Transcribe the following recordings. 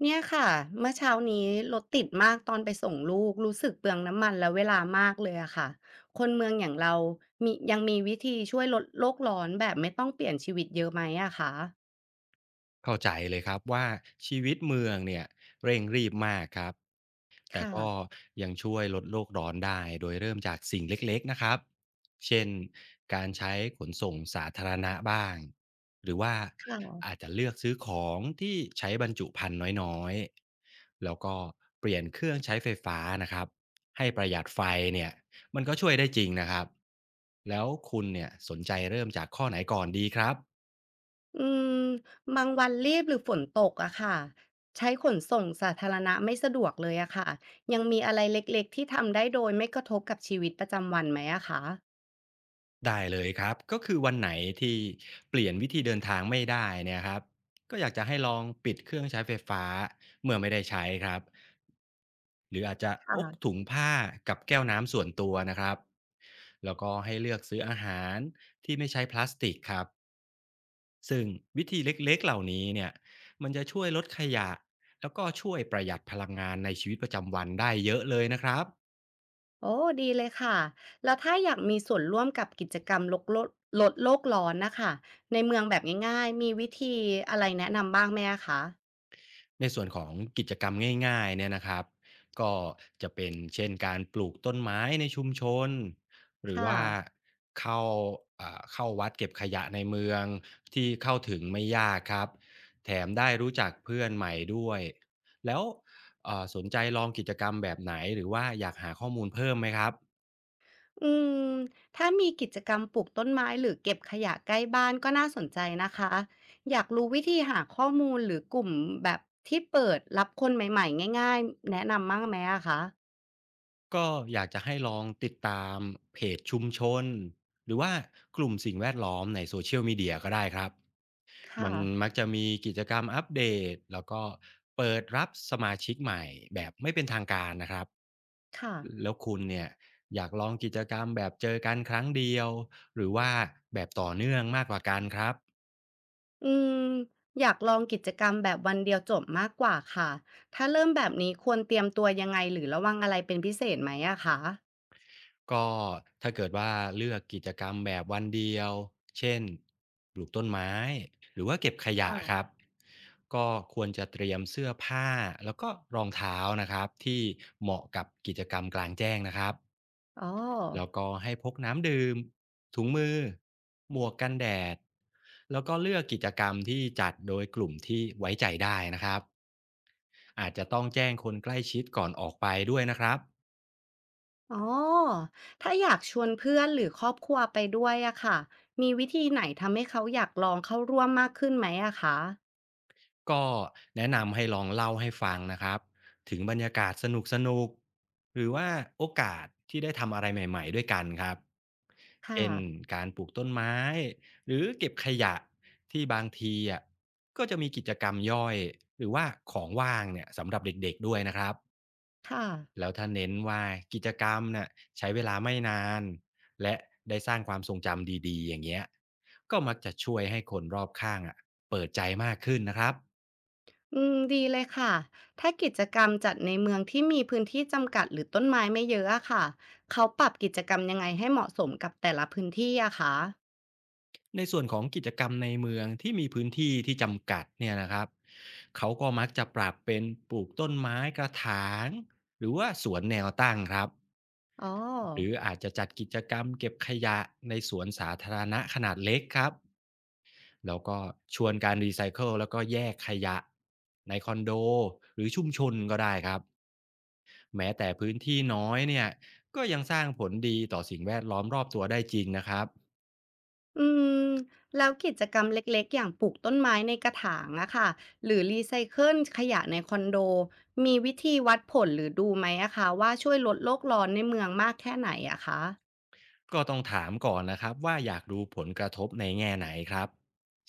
เนี่ยค่ะเมื่อเช้านี้รถติดมากตอนไปส่งลูกรู้สึกเปลืองน้ำมันและเวลามากเลยอะค่ะคนเมืองอย่างเรามียังมีวิธีช่วยลดโลกร้อนแบบไม่ต้องเปลี่ยนชีวิตเยอะไหมอะคะเข้าใจเลยครับว่าชีวิตเมืองเนี่ยเร่งรีบมากครับแต่ค่ะก็ยังช่วยลดโลกร้อนได้โดยเริ่มจากสิ่งเล็กๆนะครับเช่นการใช้ขนส่งสาธารณะบ้างหรือว่าค่ะอาจจะเลือกซื้อของที่ใช้บรรจุภัณฑ์น้อยๆแล้วก็เปลี่ยนเครื่องใช้ไฟฟ้านะครับให้ประหยัดไฟเนี่ยมันก็ช่วยได้จริงนะครับแล้วคุณเนี่ยสนใจเริ่มจากข้อไหนก่อนดีครับ อืมบางวันรีบหรือฝนตกอะค่ะใช้ขนส่งสาธารณะไม่สะดวกเลยอะค่ะยังมีอะไรเล็กๆที่ทำได้โดยไม่กระทบกับชีวิตประจำวันไหมอะคะได้เลยครับก็คือวันไหนที่เปลี่ยนวิธีเดินทางไม่ได้เนี่ยครับก็อยากจะให้ลองปิดเครื่องใช้ไฟฟ้าเมื่อไม่ได้ใช้ครับหรืออาจจะพกค่ะ ถุงผ้ากับแก้วน้ำส่วนตัวนะครับแล้วก็ให้เลือกซื้ออาหารที่ไม่ใช้พลาสติกครับซึ่งวิธีเล็กๆเหล่านี้เนี่ยมันจะช่วยลดขยะแล้วก็ช่วยประหยัดพลังงานในชีวิตประจำวันได้เยอะเลยนะครับ โอ้ดีเลยค่ะแล้วถ้าอยากมีส่วนร่วมกับกิจกรรมลดโลกร้อนนะคะในเมืองแบบง่ายๆมีวิธีอะไรแนะนำบ้างไหมอะคะในส่วนของกิจกรรมง่ายๆเนี่ยนะครับก็จะเป็นเช่นการปลูกต้นไม้ในชุมชนหรือค่ะว่าเข้าเข้าวัดเก็บขยะในเมืองที่เข้าถึงไม่ยากครับแถมได้รู้จักเพื่อนใหม่ด้วยแล้วสนใจลองกิจกรรมแบบไหนหรือว่าอยากหาข้อมูลเพิ่มไหมครับอืมถ้ามีกิจกรรมปลูกต้นไม้หรือเก็บขยะใกล้บ้านก็น่าสนใจนะคะอยากรู้วิธีหาข้อมูลหรือกลุ่มแบบที่เปิดรับคนใหม่ๆง่ายๆแนะนำบ้างไหมอะคะก็อยากจะให้ลองติดตามเพจชุมชนหรือว่ากลุ่มสิ่งแวดล้อมใน Social Media ก็ได้ครับ มัค่ะนมักจะมีกิจกรรมอัปเดตแล้วก็เปิดรับสมาชิกใหม่แบบไม่เป็นทางการนะครับค่ะ แล้วคุณเนี่ยอยากลองกิจกรรมแบบเจอกันครั้งเดียวหรือว่าแบบต่อเนื่องมากกว่ากันครับอืมอยากลองกิจกรรมแบบวันเดียวจบมากกว่าค่ะ ถ้าเริ่มแบบนี้ควรเตรียมตัวยังไงหรือระวังอะไรเป็นพิเศษไหมอะคะก็ถ้าเกิดว่าเลือกกิจกรรมแบบวันเดียวเช่นปลูกต้นไม้หรือว่าเก็บขยะครับค่ะก็ควรจะเตรียมเสื้อผ้าแล้วก็รองเท้านะครับที่เหมาะกับกิจกรรมกลางแจ้งนะครับ อ๋อแล้วก็ให้พกน้ำดื่มถุงมือหมวกกันแดดแล้วก็เลือกกิจกรรมที่จัดโดยกลุ่มที่ไว้ใจได้นะครับอาจจะต้องแจ้งคนใกล้ชิดก่อนออกไปด้วยนะครับ อ๋อถ้าอยากชวนเพื่อนหรือครอบครัวไปด้วยอะค่ะมีวิธีไหนทำให้เขาอยากลองเข้าร่วมมากขึ้นไหมอะคะก็แนะนำให้ลองเล่าให้ฟังนะครับถึงบรรยากาศสนุกๆหรือว่าโอกาสที่ได้ทำอะไรใหม่ๆด้วยกันครับค่ะเช่นการปลูกต้นไม้หรือเก็บขยะที่บางทีอ่ะก็จะมีกิจกรรมย่อยหรือว่าของว่างเนี่ยสำหรับเด็กๆด้วยนะครับค่ะแล้วถ้าเน้นว่ากิจกรรมน่ะใช้เวลาไม่นานและได้สร้างความทรงจำดีๆอย่างเงี้ยก็มักจะช่วยให้คนรอบข้างอ่ะเปิดใจมากขึ้นนะครับ อืมดีเลยค่ะถ้ากิจกรรมจัดในเมืองที่มีพื้นที่จำกัดหรือต้นไม้ไม่เยอะอะค่ะเขาปรับกิจกรรมยังไงให้เหมาะสมกับแต่ละพื้นที่อะคะ ในส่วนของกิจกรรมในเมืองที่มีพื้นที่ที่จำกัดเนี่ยนะครับเขาก็มักจะปรับเป็นปลูกต้นไม้กระถางหรือว่าสวนแนวตั้งครับอ๋อ หรืออาจจะจัดกิจกรรมเก็บขยะในสวนสาธารณะขนาดเล็กครับแล้วก็ชวนการรีไซเคิลแล้วก็แยกขยะในคอนโดหรือชุมชนก็ได้ครับแม้แต่พื้นที่น้อยเนี่ยก็ยังสร้างผลดีต่อสิ่งแวดล้อมรอบตัวได้จริงนะครับ อืม แล้วกิจกรรมเล็กๆ อย่างปลูกต้นไม้ในกระถางอะค่ะหรือรีไซเคิลขยะในคอนโด มีวิธีวัดผลหรือดูไหมอะคะว่าช่วยลดโลกร้อนในเมืองมากแค่ไหนอะคะ ก็ต้องถามก่อนนะครับว่าอยากดูผลกระทบในแง่ไหนครับ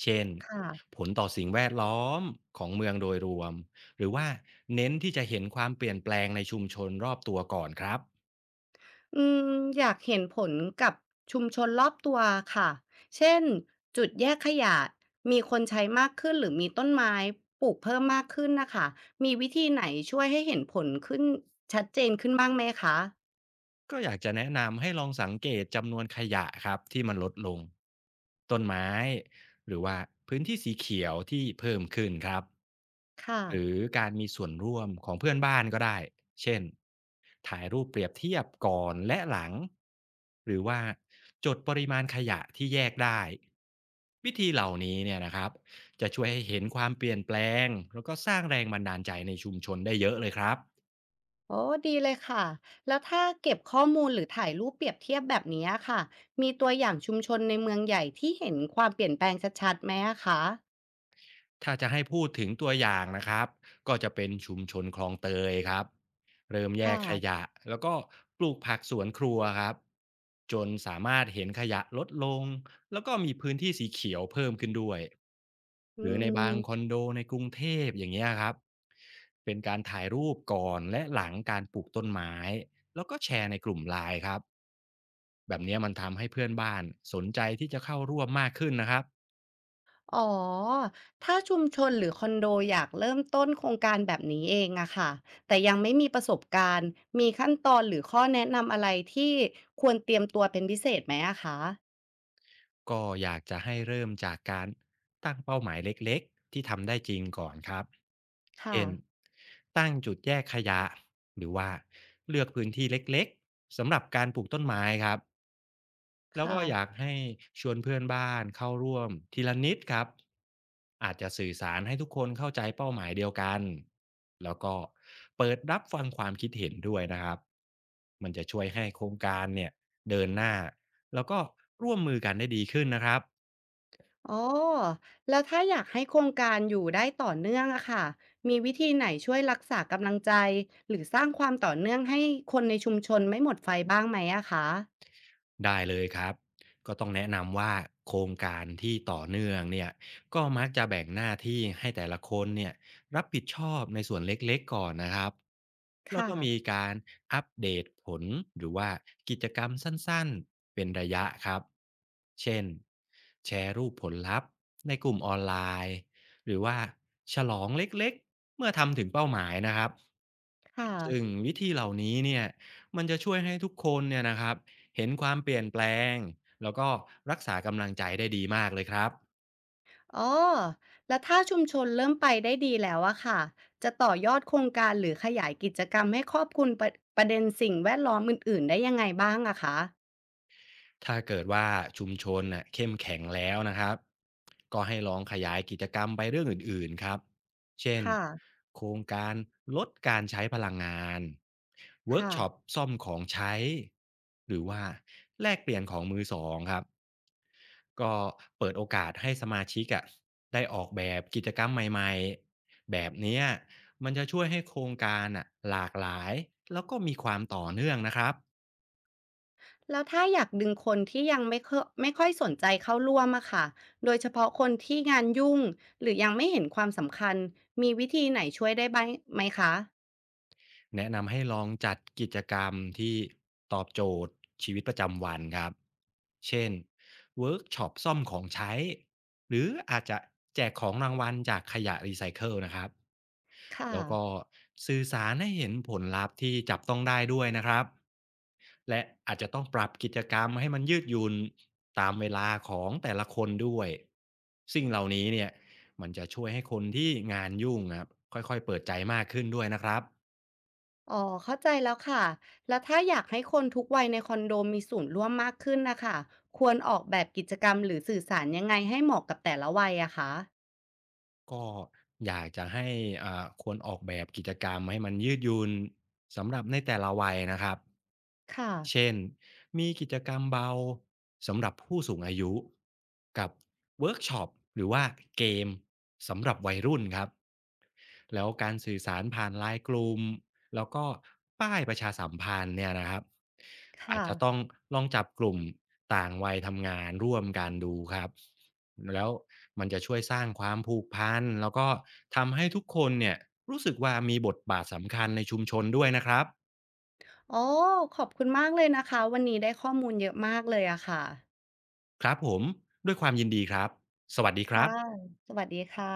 เช่นค่ะผลต่อสิ่งแวดล้อมของเมืองโดยรวม หรือว่าเน้นที่จะเห็นความเปลี่ยนแปลงในชุมชนรอบตัวก่อนครับ อืมอยากเห็นผลกับชุมชนรอบตัวค่ะ เช่น จุดแยกขยะมีคนใช้มากขึ้นหรือมีต้นไม้ปลูกเพิ่มมากขึ้นนะคะ มีวิธีไหนช่วยให้เห็นผลขึ้นชัดเจนขึ้นบ้างไหมคะก็อยากจะแนะนำให้ลองสังเกตจำนวนขยะครับที่มันลดลงต้นไม้หรือว่าพื้นที่สีเขียวที่เพิ่มขึ้นครับค่ะ หรือการมีส่วนร่วมของเพื่อนบ้านก็ได้เช่นถ่ายรูปเปรียบเทียบก่อนและหลังหรือว่าจดปริมาณขยะที่แยกได้วิธีเหล่านี้เนี่ยนะครับจะช่วยให้เห็นความเปลี่ยนแปลงแล้วก็สร้างแรงบันดาลใจในชุมชนได้เยอะเลยครับ โอ้ดีเลยค่ะแล้วถ้าเก็บข้อมูลหรือถ่ายรูปเปรียบเทียบแบบนี้ค่ะมีตัวอย่างชุมชนในเมืองใหญ่ที่เห็นความเปลี่ยนแปลงชัดๆไหมอะคะถ้าจะให้พูดถึงตัวอย่างนะครับก็จะเป็นชุมชนคลองเตยครับเริ่มแยค่ะกขยะแล้วก็ปลูกผักสวนครัวครับจนสามารถเห็นขยะลดลงแล้วก็มีพื้นที่สีเขียวเพิ่มขึ้นด้วยอืหรือในบางคอมนโดในกรุงเทพอย่างเงี้ยครับเป็นการถ่ายรูปก่อนและหลังการปลูกต้นไม้แล้วก็แชร์ในกลุ่มไลน์ครับแบบเนี้ยมันทำให้เพื่อนบ้านสนใจที่จะเข้าร่วมมากขึ้นนะครับ อ๋อถ้าชุมชนหรือคอนโดอยากเริ่มต้นโครงการแบบนี้เองอะค่ะแต่ยังไม่มีประสบการณ์มีขั้นตอนหรือข้อแนะนำอะไรที่ควรเตรียมตัวเป็นพิเศษไหมอะคะก็อยากจะให้เริ่มจากการตั้งเป้าหมายเล็กๆที่ทำได้จริงก่อนครับค่ะเช่นตั้งจุดแยกขยะหรือว่าเลือกพื้นที่เล็กๆสำหรับการปลูกต้นไม้ครับแล้วก็ค่ะ อยากให้ชวนเพื่อนบ้านเข้าร่วมทีละนิดครับอาจจะสื่อสารให้ทุกคนเข้าใจเป้าหมายเดียวกันแล้วก็เปิดรับฟังความคิดเห็นด้วยนะครับมันจะช่วยให้โครงการเนี่ยเดินหน้าแล้วก็ร่วมมือกันได้ดีขึ้นนะครับ อ๋อแล้วถ้าอยากให้โครงการอยู่ได้ต่อเนื่องอะค่ะมีวิธีไหนช่วยรักษากำลังใจหรือสร้างความต่อเนื่องให้คนในชุมชนไม่หมดไฟบ้างไหมอะคะได้เลยครับ ก็ต้องแนะนำว่าโครงการที่ต่อเนื่องเนี่ยก็มักจะแบ่งหน้าที่ให้แต่ละคนเนี่ยรับผิดชอบในส่วนเล็กๆก่อนนะครับแล้วค่ะก็มีการอัปเดตผลหรือว่ากิจกรรมสั้นๆเป็นระยะครับเช่นแชร์รูปผลลัพธ์ในกลุ่มออนไลน์หรือว่าฉลองเล็กๆเมื่อทำถึงเป้าหมายนะครับค่ะซึ่งวิธีเหล่านี้เนี่ยมันจะช่วยให้ทุกคนเนี่ยนะครับ เห็นความเปลี่ยนแปลงแล้วก็รักษากำลังใจได้ดีมากเลยครับ อ๋อแล้วถ้าชุมชนเริ่มไปได้ดีแล้วอะค่ะจะต่อยอดโครงการหรือขยายกิจกรรมให้ครอบคลุมประเด็นสิ่งแวดล้อมอื่นๆได้ยังไงบ้างอะคะถ้าเกิดว่าชุมชนน่ะเข้มแข็งแล้วนะครับก็ให้ลองขยายกิจกรรมไปเรื่องอื่นๆครับเช่นค่ะโครงการลดการใช้พลังงานเวิร์กค่ะ ช็อปซ่อมของใช้หรือว่าแลกเปลี่ยนของมือสองครับก็เปิดโอกาสให้สมาชิกอะได้ออกแบบกิจกรรมใหม่ๆแบบเนี้ยมันจะช่วยให้โครงการอะหลากหลายแล้วก็มีความต่อเนื่องนะครับ แล้วถ้าอยากดึงคนที่ยังไม่ค่อยสนใจเข้าร่วมอะค่ะโดยเฉพาะคนที่งานยุ่งหรือยังไม่เห็นความสำคัญมีวิธีไหนช่วยได้บ้างไหมคะแนะนำให้ลองจัดกิจกรรมที่ตอบโจทย์ชีวิตประจำวันครับเช่นเวิร์กช็อปซ่อมของใช้หรืออาจจะแจกของรางวัลจากขยะรีไซเคิลนะครับค่ะแล้วก็สื่อสารให้เห็นผลลัพธ์ที่จับต้องได้ด้วยนะครับและอาจจะต้องปรับกิจกรรมให้มันยืดหยุ่นตามเวลาของแต่ละคนด้วยสิ่งเหล่านี้เนี่ยมันจะช่วยให้คนที่งานยุ่งครับค่อยๆเปิดใจมากขึ้นด้วยนะครับ อ๋อเข้าใจแล้วค่ะ แล้วถ้าอยากให้คนทุกวัยในคอนโดมีส่วนร่วมมากขึ้นนะค่ะควรออกแบบกิจกรรมหรือสื่อสารยังไงให้เหมาะกับแต่ละวัยอะคะ ก็อยากจะให้ควรออกแบบกิจกรรมให้มันยืดหยุ่นสำหรับในแต่ละวัยนะครับค่ะ เช่นมีกิจกรรมเบาสำหรับผู้สูงอายุกับเวิร์กช็อปหรือว่าเกมสำหรับวัยรุ่นครับแล้วการสื่อสารผ่านไลน์กลุ่มแล้วก็ป้ายประชาสัมพันธ์เนี่ยนะครับอาจค่ะจะต้องลองจับกลุ่มต่างวัยทำงานร่วมกันดูครับ แล้วมันจะช่วยสร้างความผูกพันแล้วก็ทำให้ทุกคนเนี่ยรู้สึกว่ามีบทบาทสำคัญในชุมชนด้วยนะครับอ๋อขอบคุณมากเลยนะคะวันนี้ได้ข้อมูลเยอะมากเลยอะค่ะครับผมด้วยความยินดีครับสวัสดีครัค่ะบสวัสดีค่ะ